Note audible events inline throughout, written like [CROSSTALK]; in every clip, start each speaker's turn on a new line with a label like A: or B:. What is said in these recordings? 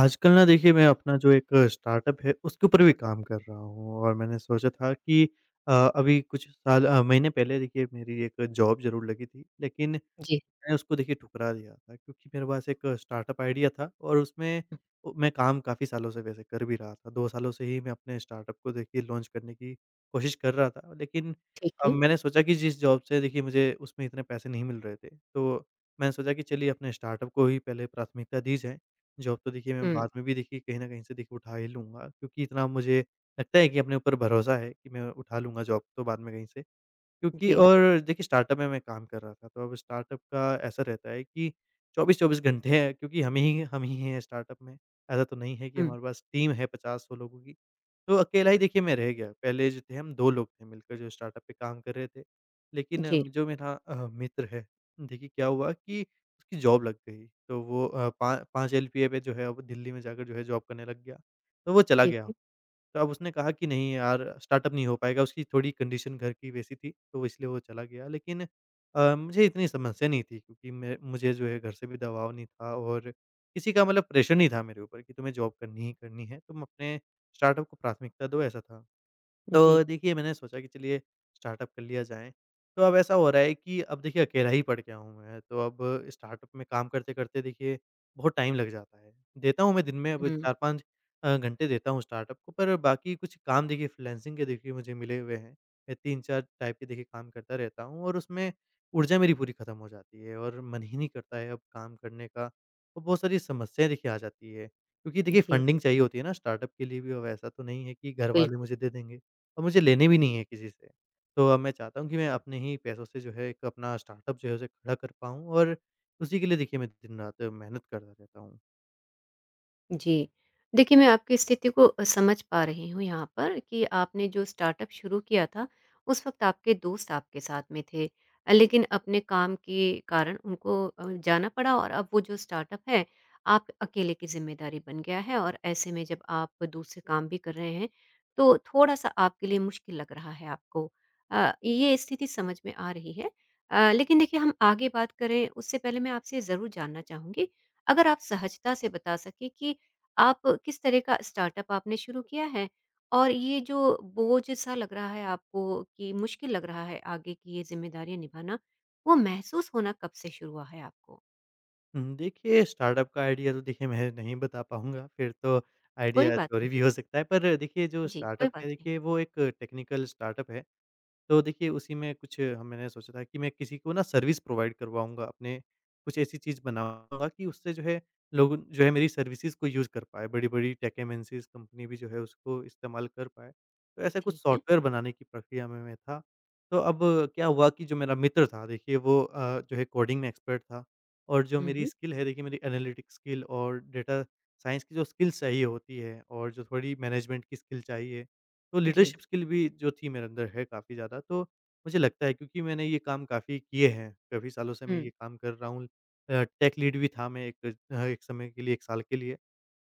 A: आजकल ना देखिए, मैं अपना जो एक स्टार्टअप है, उसके ऊपर भी काम कर रहा हूँ और मैंने सोचा था कि अभी कुछ महीने पहले देखिए मेरी एक जॉब ज़रूर लगी थी, लेकिन
B: जी,
A: मैंने उसको देखिए ठुकरा दिया था, क्योंकि मेरे पास एक स्टार्टअप आइडिया था और उसमें मैं काम काफ़ी सालों से वैसे कर भी रहा था। 2 सालों से ही मैं अपने स्टार्टअप को देखिए लॉन्च करने की कोशिश कर रहा था। लेकिन
B: ठीक
A: अब
B: है।
A: मैंने सोचा कि जिस जॉब से देखिए मुझे उसमें इतने पैसे नहीं मिल रहे थे, तो मैंने सोचा कि चलिए अपने स्टार्टअप को ही पहले प्राथमिकता दी जाए। जॉब तो देखिए मैं
B: हुँ,
A: बाद में भी देखिए कहीं न कहीं से देखिए उठा ही लूँगा, क्योंकि इतना मुझे लगता है कि अपने ऊपर भरोसा है कि मैं उठा लूँगा जॉब तो बाद में कहीं से। क्योंकि
B: जी।
A: और देखिए स्टार्टअप में मैं काम कर रहा था, तो अब स्टार्टअप का ऐसा रहता है कि 24-24 घंटे हैं, क्योंकि हम ही हैं स्टार्टअप में। ऐसा तो नहीं है कि
B: हुँ,
A: हमारे पास टीम है 50-100 लोगों की। तो अकेला ही देखिए मैं रह गया। पहले जो थे, हम 2 लोग थे मिलकर जो स्टार्टअप पे काम कर रहे थे। लेकिन
B: जी,
A: जो मेरा मित्र है, देखिए क्या हुआ कि उसकी जॉब लग गई। तो वो अ, पा 5 एलपीए पे जो है, वो दिल्ली में जाकर जो है जॉब करने लग गया। तो वो चला
B: ठीक
A: गया।
B: है।
A: तो अब उसने कहा कि नहीं यार, स्टार्टअप नहीं हो पाएगा, उसकी थोड़ी कंडीशन घर की वैसी थी, तो इसलिए वो चला गया। लेकिन मुझे इतनी समस्या नहीं थी, क्योंकि मैं मुझे जो है घर से भी दबाव नहीं था और किसी का मतलब प्रेशर नहीं था मेरे ऊपर कि तुम्हें जॉब करनी ही करनी है, तुम अपने स्टार्टअप को प्राथमिकता दो, ऐसा था।
B: जी।
A: तो देखिए मैंने सोचा कि चलिए स्टार्टअप कर लिया जाए। तो अब ऐसा हो रहा है कि अब देखिए अकेला ही पड़ गया हूँ मैं, तो अब स्टार्टअप में काम करते-करते देखिए बहुत टाइम लग जाता है। देता हूँ मैं दिन में अब
B: हुँ,
A: 4-5 घंटे देता हूँ स्टार्टअप को, पर बाकी कुछ काम देखिए फ्रीलांसिंग के देखिए मुझे मिले हुए हैं। मैं 3-4 टाइप के देखिए काम करता रहता हूँ और उसमें ऊर्जा मेरी पूरी खत्म हो जाती है और मन ही नहीं करता है अब काम करने का। और बहुत सारी समस्याएँ देखिए आ जाती है, क्योंकि देखिए
B: जी,
A: फंडिंग चाहिए होती है ना स्टार्टअप के लिए भी। अब ऐसा तो नहीं है कि घर वाले
B: बिल्कुल।
A: मुझे दे देंगे। और मुझे लेने भी नहीं है किसी से। तो अब मैं चाहता हूँ कि मैं अपने ही पैसों से जो है एक अपना स्टार्टअप जो है उसे खड़ा कर पाऊँ और उसी के लिए देखिए मैं दिन-रात मेहनत करता रहता हूँ।
B: जी। देखिए, मैं आपकी स्थिति को समझ पा रही हूँ यहाँ पर कि आपने जो स्टार्टअप शुरू किया था, उस वक़्त आपके दोस्त आपके साथ में थे। लेकिन अपने काम के कारण उनको जाना पड़ा और अब वो जो स्टार्टअप है, आप अकेले की ज़िम्मेदारी बन गया है और ऐसे में जब आप दूसरे काम भी कर रहे हैं, तो थोड़ा-सा आपके लिए मुश्किल लग रहा है आपको। ये स्थिति समझ में आ रही है। लेकिन देखिए हम आगे बात करें उससे पहले मैं आपसे ज़रूर जानना चाहूँगी, अगर आप सहजता से बता सकें कि आप किस तरह का स्टार्टअप आपने शुरू किया है? और ये जो बोझ सा लग रहा है आपको कि मुश्किल लग रहा है आगे की ये ज़िम्मेदारियाँ निभाना, वो महसूस होना कब से शुरू हुआ है आपको?
A: हुँ, देखिए स्टार्टअप का आइडिया तो देखिए मैं नहीं बता पाऊँगा, फिर तो
B: कोई
A: आइडिया
B: बात
A: चोरी
B: नहीं।
A: भी हो सकता है। पर देखिए जो
B: जी, कोई
A: स्टार्टअप
B: बात
A: है
B: नहीं।
A: देखिए वो एक टेक्निकल स्टार्टअप है। तो देखिए उसी में कुछ हम मैंने सोचा था कि मैं किसी को ना सर्विस प्रोवाइड करवाऊँगा अपने, कुछ ऐसी चीज़ बनाऊँगा कि उससे जो है लोग जो है मेरी सर्विसेज़ को यूज़ कर पाएँ, बड़ी-बड़ी टेक एमेंसीज़ कंपनी भी जो है उसको इस्तेमाल कर पाएँ। तो ऐसा कुछ
B: ठीक है।
A: सॉफ्टवेयर बनाने की प्रक्रिया में मैं था। तो अब क्या हुआ कि जो मेरा मित्र था, देखिए वो जो है कोडिंग में एक्सपर्ट था और जो
B: हुँ,
A: मेरी
B: हुँ।
A: स्किल है देखिए, मेरी एनालिटिक स्किल और डेटा साइंस की जो स्किल्स चाहिए होती है और जो थोड़ी मैनेजमेंट की स्किल चाहिए, तो
B: जी।
A: लीडरशिप स्किल भी जो थी मेरे अंदर है काफ़ी ज़्यादा, तो मुझे लगता है क्योंकि मैंने ये काम काफ़ी किए हैं, काफ़ी सालों से मैं
B: हुँ।
A: ये काम कर रहा हूँ। टेक लीड भी था मैं एक समय के लिए, 1 साल के लिए।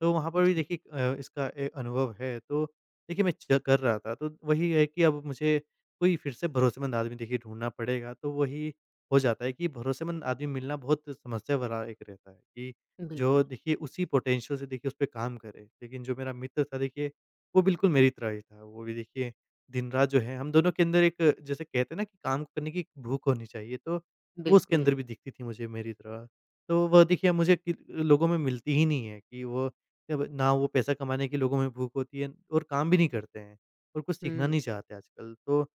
A: तो वहाँ पर भी
B: जी,
A: देखिए इसका ए अनुभव है। तो देखिए मैं च कर रहा था, तो वही है कि अब मुझे कोई फिर से भरोसेमंद आदमी देखिए ढूँढना पड़ेगा, तो वही हो जाता है कि भरोसेमंद आदमी मिलना बहुत समस्या भरा एक रहता है, कि
B: बिल्कुल,
A: जो देखिए उसी पोटेंशियल से देखिए उस पे काम करे। लेकिन जो मेरा मित्र था देखिए, वो बिल्कुल मेरी तरह ही था। वो भी देखिए दिन-रात जो है हम दोनों के अंदर एक, जैसे कहते हैं ना कि काम करने की भूख होनी चाहिए, तो वो उसके
B: बिल्कुल।
A: अंदर भी दिखती थी मुझे मेरी तरह। तो वह देखिए मुझे कि लोगों में मिलती ही नहीं है कि वो, जब ना वो पैसा कमाने की लोगों में भूख होती है और काम भी नहीं करते हैं और कुछ सीखना
B: हुँ,
A: नहीं चाहते आजकल। तो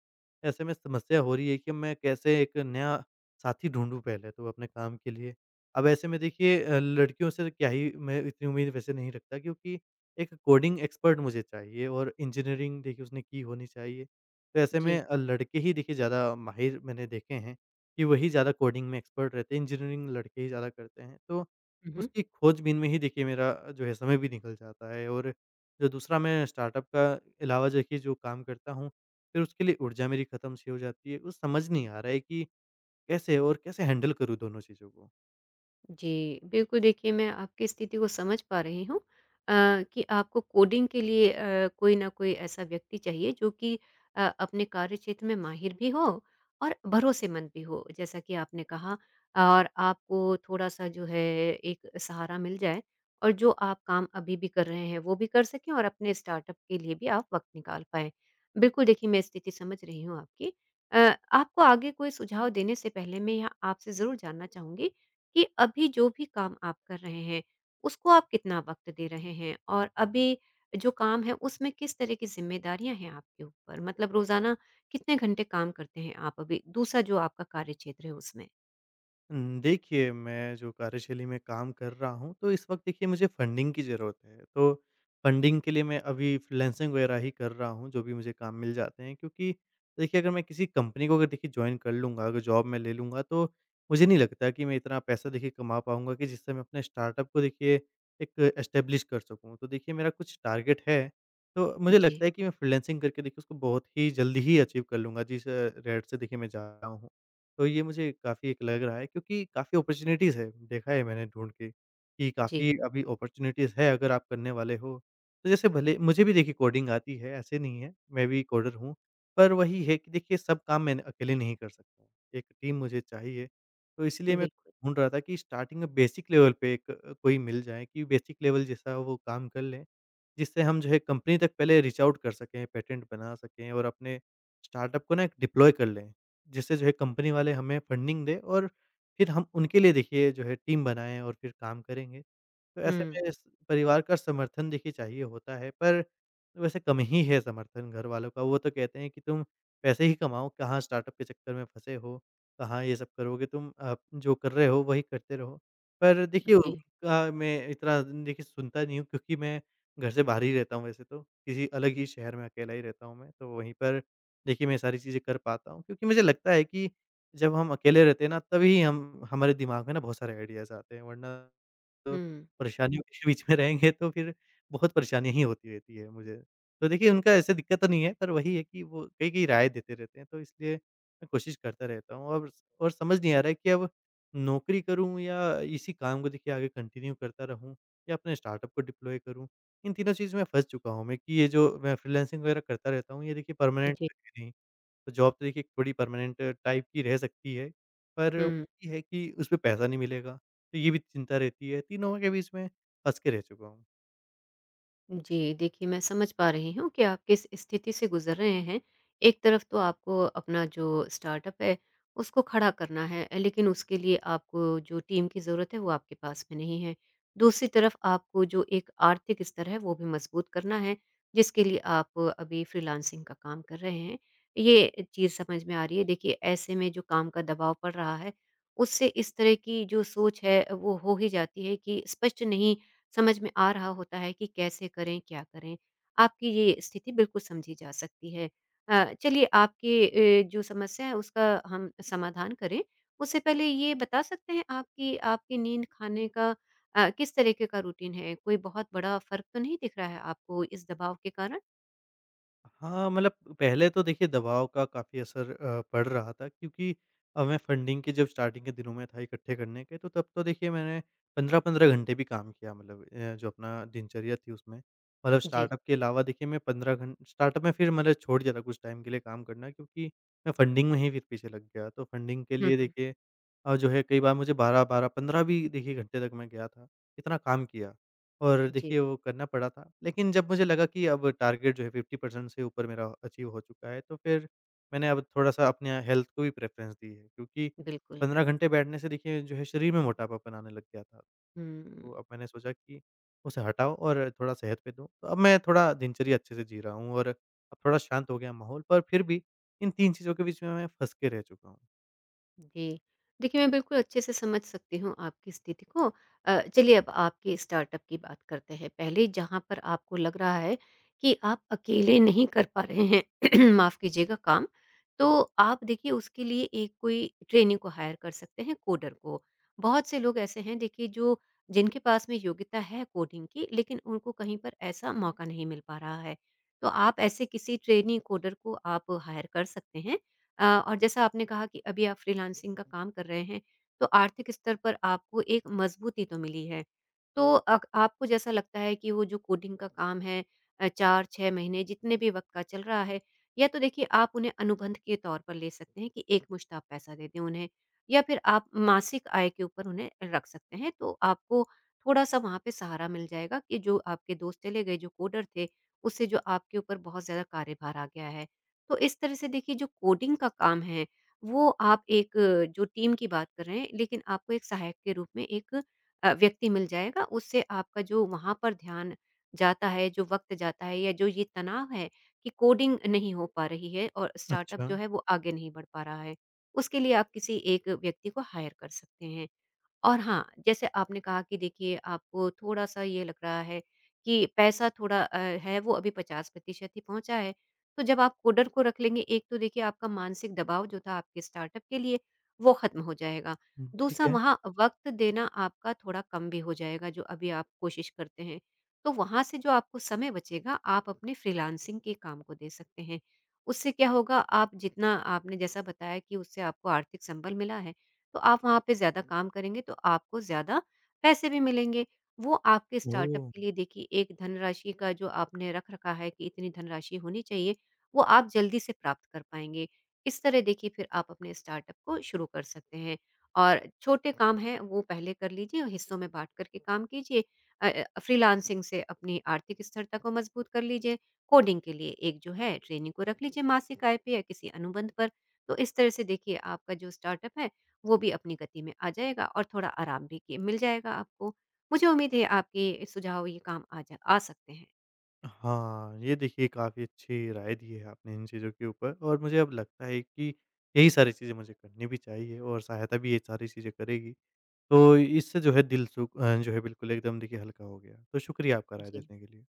A: ऐसे में समस्या हो रही है कि मैं कैसे एक नया साथी ढूँढूँ पहले तो अपने काम के लिए। अब ऐसे में देखिए लड़कियों से तो क्या ही मैं इतनी उम्मीद वैसे नहीं रखता, क्योंकि एक कोडिंग एक्सपर्ट मुझे चाहिए और इंजीनियरिंग देखिए उसने की होनी चाहिए। तो ऐसे
B: जी।
A: में लड़के ही देखिए ज़्यादा माहिर मैंने देखे हैं कि वही ज़्यादा कोडिंग में एक्सपर्ट रहते हैं, इंजीनियरिंग लड़के ही ज़्यादा करते हैं। तो
B: हुँ, हुँ।
A: उसकी खोजबीन में ही देखिए मेरा जो है समय भी निकल जाता है और जो दूसरा मैं स्टार्टअप का अलावा देखिए जो काम करता हूँ, फिर उसके लिए ऊर्जा मेरी खत्म-सी हो जाती है। कुछ समझ नहीं आ रहा है कि कैसे और कैसे हैंडल करूँ दोनों चीज़ों को?
B: जी, बिल्कुल देखिए मैं आपकी स्थिति को समझ पा रही हूँ, कि आपको कोडिंग के लिए कोई ना कोई ऐसा व्यक्ति चाहिए जो कि अपने कार्य क्षेत्र में माहिर भी हो और भरोसेमंद भी हो, जैसा कि आपने कहा, और आपको थोड़ा-सा जो है एक सहारा मिल जाए और जो आप काम अभी भी कर रहे हैं, वो भी कर सकें और अपने स्टार्टअप के लिए भी आप वक़्त निकाल पाएँ। बिल्कुल देखिए मैं स्थिति समझ रही हूँ आपकी। अ, आपको आगे कोई सुझाव देने से पहले मैं यहाँ आपसे ज़रूर जानना चाहूँगी कि अभी जो भी काम आप कर रहे हैं, उसको आप कितना वक़्त दे रहे हैं, और अभी जो काम है, उसमें किस तरह की ज़िम्मेदारियाँ हैं आपके ऊपर? मतलब रोज़ाना कितने घंटे काम करते हैं आप अभी? दूसरा जो आपका कार्यक्षेत्र है उसमें?
A: देखिए, मैं जो कार्यशैली में काम कर रहा हूँ, तो इस वक़्त देखिए मुझे फंडिंग की ज़रूरत है। तो फंडिंग के लिए मैं अभी फ्रीलांसिंग वगैरह ही कर रहा हूँ, जो भी मुझे काम मिल जाते हैं। क्योंकि देखिए, अगर मैं किसी कंपनी को अगर देखिए जॉइन कर लूँगा, अगर जॉब में ले लूँगा, तो मुझे नहीं लगता कि मैं इतना पैसा देखिए कमा पाऊँगा कि जिससे मैं अपने स्टार्टअप को देखिए एक एस्टेब्लिश कर सकूँ। तो देखिए मेरा कुछ टारगेट है, तो मुझे
B: जी,
A: लगता है कि मैं फ्रीलांसिंग करके देखिए उसको बहुत ही जल्दी ही अचीव कर लूँगा, जिस रेट से देखिए मैं जा रहा हूँ। तो ये मुझे काफ़ी एक लग रहा है, क्योंकि काफ़ी अपॉर्च्युनिटीज़ है, देखा है मैंने ढूँढ के कि
B: जी,
A: काफ़ी अभी अपॉर्च्युनिटीज़ है, अगर आप करने वाले हो। तो जैसे भले मुझे भी देखिए कोडिंग आती है, ऐसे नहीं है, मैं भी कोडर हूँ। पर वही है कि देखिए सब काम मैं अकेले नहीं कर सकता, एक टीम मुझे चाहिए। तो इसलिए मैं
B: बिल्कुल।
A: ढूँढ रहा था कि स्टार्टिंग में बेसिक लेवल पे कोई मिल जाए कि बेसिक लेवल जैसा वो काम कर लें, जिससे हम जो है कंपनी तक पहले रीच आउट कर सकें, पेटेंट बना सकें और अपने स्टार्टअप को ना एक डिप्लॉय कर लें। जिससे जो है कंपनी वाले हमें फंडिंग दें और फिर हम उनके लिए देखिए जो है टीम बनाएँ और फिर काम करेंगे। तो ऐसे
B: हुँ,
A: में स परिवार का समर्थन देखिए चाहिए होता है, पर वैसे कम ही है समर्थन घर वालों का। वो तो कहते हैं कि तुम पैसे ही कमाओ, कहाँ स्टार्टअप के चक्कर में फँसे हो, कहाँ ये सब करोगे, तुम आप जो कर रहे हो वही करते रहो। पर देखिए
B: जी,
A: उनका मैं इतना देखिए सुनता नहीं हूँ, क्योंकि मैं घर से बाहर ही रहता हूँ वैसे तो, किसी अलग ही शहर में अकेला ही रहता हूँ मैं, तो वहीं पर देखिए मैं सारी चीज़ें कर पाता हूँ। क्योंकि मुझे लगता है कि जब हम अकेले रहते हैं ना, तभी हम हमारे दिमाग में ना बहुत सारे आइडियाज़ आते हैं, वरना तो
B: हुँ,
A: परेशानियों के बीच में रहेंगे तो फिर बहुत परेशानियाँ ही होती रहती है मुझे। तो देखिए उनका ऐसे दिक्कत तो नहीं है, पर वही है कि वो कई-कई राय देते रहते हैं, तो इसलिए मैं कोशिश करता रहता हूँ और समझ नहीं आ रहा है कि अब नौकरी करूँ या इसी काम को देखिए आगे कंटिन्यू करता रहूँ या अपने स्टार्टअप को डिप्लॉय करूँ। इन तीनों चीज़ में फँस चुका हूँ मैं कि ये जो मैं फ्रीलांसिंग वगैरह करता रहता हूँ, ये देखिए परमानेंट,
B: जी,
A: तो जॉब तो देखिए थोड़ी परमानेंट टाइप की रह सकती है, पर
B: हुँ।
A: ये है कि उसमें पैसा नहीं मिलेगा, तो ये भी चिंता रहती है, तीनों के बीच में फँस के रह चुका हूँ।
B: जी, देखिए मैं समझ पा रही हूँ कि आप किस स्थिति से गुज़र रहे हैं। एक तरफ तो आपको अपना जो स्टार्टअप है, उसको खड़ा करना है, लेकिन उसके लिए आपको जो टीम की ज़रूरत है, वो आपके पास में नहीं है। दूसरी तरफ आपको जो एक आर्थिक स्तर है, वो भी मज़बूत करना है, जिसके लिए आप अभी फ्रीलांसिंग का काम कर रहे हैं। ये चीज़ समझ में आ रही है। देखिए, ऐसे में जो काम का दबाव पड़ रहा है, उससे इस तरह की जो सोच है, वो हो ही जाती है कि स्पष्ट नहीं समझ में आ रहा होता है कि कैसे करें, क्या करें। आपकी ये स्थिति बिल्कुल समझी जा सकती है। चलिए आपकी जो समस्या है उसका हम समाधान करें। उससे पहले ये बता सकते हैं आप कि आपकी नींद खाने का किस तरीके का रूटीन है? कोई बहुत बड़ा फ़र्क तो नहीं दिख रहा है आपको इस दबाव के कारण?
A: हाँ, मतलब पहले तो देखिए दबाव का काफ़ी असर पड़ रहा था, क्योंकि मैं फंडिंग के जब स्टार्टिंग के दिनों में था इकट्ठे करने के, तो तब तो देखिए मैंने 15-15 घंटे भी काम किया, मतलब जो अपना दिनचर्या थी उसमें। मतलब
B: जी।
A: स्टार्टअप के अलावा देखिए मैं 15 घं स्टार्टअप में फिर मैंने छोड़ दिया था कुछ टाइम के लिए काम करना, क्योंकि मैं फंडिंग में ही फिर पीछे लग गया। तो फंडिंग के
B: हुँ,
A: लिए
B: हुँ।
A: देखिए जो है कई बार मुझे 12-12, 15 भी देखिए घंटे तक मैं गया था। इतना काम किया। और
B: जी,
A: देखिए वो करना पड़ा था। लेकिन जब मुझे लगा कि अब टारगेट जो है 50% से ऊपर मेरा अचीव हो चुका है, तो फिर मैंने अब थोड़ा-सा अपने हेल्थ को भी प्रेफ़रेंस दी है। क्योंकि
B: बिल्कुल।
A: 15 घंटे बैठने से देखिए जो है शरीर में मोटापा बनाने लग गया था। तो
B: हुँ।
A: अब मैंने सोचा कि उसे हटाओ और थोड़ा सेहत पे दो। तो अब मैं थोड़ा दिनचर्या अच्छे से जी रहा हूँ और अब थोड़ा शांत हो गया माहौल, पर फिर भी इन 3 चीज़ों के बीच में मैं फँस के रह चुका हूँ।
B: जी। देखिए, मैं बिल्कुल अच्छे से समझ सकती हूँ आपकी स्थिति को। चलिए अब आपके स्टार्टअप की बात करते हैं। पहले जहाँ पर आपको लग रहा है कि आप अकेले नहीं कर पा रहे हैं, [CLEARS THROAT] माफ़ कीजिएगा, काम, तो आप देखिए उसके लिए एक कोई ट्रेनी को हायर कर सकते हैं, कोडर को। बहुत से लोग ऐसे हैं देखिए जो जिनके पास में योग्यता है कोडिंग की, लेकिन उनको कहीं पर ऐसा मौका नहीं मिल पा रहा है। तो आप ऐसे किसी ट्रेनी कोडर को आप हायर कर सकते हैं। और जैसा आपने कहा कि अभी आप फ्रीलांसिंग का काम कर रहे हैं, तो आर्थिक स्तर पर आपको एक मजबूती तो मिली है। तो अक आपको जैसा लगता है कि वो जो कोडिंग का काम है, 4-6 महीने जितने भी वक़्त का चल रहा है, या तो देखिए आप उन्हें अनुबंध के तौर पर ले सकते हैं कि एकमुश्त आप पैसा दे दें उन्हें, या फिर आप मासिक आय के ऊपर उन्हें रख सकते हैं। तो आपको थोड़ा-सा वहाँ पे सहारा मिल जाएगा कि जो आपके दोस्त चले गए, जो कोडर थे, उससे जो आपके ऊपर बहुत ज़्यादा कार्यभार आ गया है। तो इस तरह से देखिए जो कोडिंग का काम है, वो आप एक, जो टीम की बात कर रहे हैं, लेकिन आपको एक सहायक के रूप में एक व्यक्ति मिल जाएगा। उससे आपका जो वहाँ पर ध्यान जाता है, जो वक़्त जाता है, या जो ये तनाव है कि कोडिंग नहीं हो पा रही है और स्टार्टअप
A: अच्छा।
B: जो है वो आगे नहीं बढ़ पा रहा है, उसके लिए आप किसी एक व्यक्ति को हायर कर सकते हैं। और हाँ, जैसे आपने कहा कि देखिए आपको थोड़ा-सा ये लग रहा है कि पैसा थोड़ा है, वो अभी 50% ही पहुँचा है। तो जब आप कोडर को रख लेंगे एक, तो देखिए आपका मानसिक दबाव जो था आपके स्टार्टअप के लिए, वो ख़त्म हो जाएगा।
A: हुँ, ठीक
B: दूसरा,
A: है।
B: वहाँ वक़्त देना आपका थोड़ा कम भी हो जाएगा जो अभी आप कोशिश करते हैं। तो वहाँ से जो आपको समय बचेगा आप अपने फ्रीलांसिंग के काम को दे सकते हैं। उससे क्या होगा, आप जितना आपने जैसा बताया कि उससे आपको आर्थिक संबल मिला है, तो आप वहाँ पे ज़्यादा काम करेंगे तो आपको ज़्यादा पैसे भी मिलेंगे। वो आपके स्टार्टअप
A: ओह!
B: के लिए देखिए एक धनराशि का जो आपने रख रखा है कि इतनी धनराशि होनी चाहिए, वो आप जल्दी से प्राप्त कर पाएँगे। इस तरह देखिए फिर आप अपने स्टार्टअप को शुरू कर सकते हैं। और छोटे काम हैं वो पहले कर लीजिए और हिस्सों में बाँट कर के काम कीजिए। फ्रीलांसिंग से अपनी आर्थिक स्थिरता को मजबूत कर लीजिए। कोडिंग के लिए एक जो है ट्रेनिंग को रख लीजिए, मासिक आय पे या किसी अनुबंध पर। तो इस तरह से देखिए आपका जो स्टार्टअप है, वो भी अपनी गति में आ जाएगा और थोड़ा आराम भी कि मिल जाएगा आपको। मुझे उम्मीद है आपके सुझाव ये काम आ सकते हैं।
A: हाँ, ये देखिए काफ़ी अच्छी राय दी है आपने इन चीज़ों के ऊपर और मुझे अब लगता है कि यही सारी चीज़ें मुझे करनी भी चाहिए और सहायता भी ये सारी चीज़ें करेगी। तो इससे जो है दिल जो है बिल्कुल एकदम देखिए हल्का हो गया। तो शुक्रिया आपका राय
B: जी।
A: देने के लिए।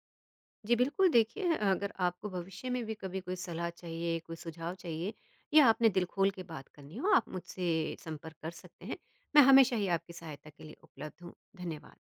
B: जी, बिल्कुल देखिए अगर आपको भविष्य में भी कभी कोई सलाह चाहिए, कोई सुझाव चाहिए, या आपने दिल खोल के बात करनी हो, आप मुझसे संपर्क कर सकते हैं। मैं हमेशा ही आपकी सहायता के लिए उपलब्ध हूँ। धन्यवाद।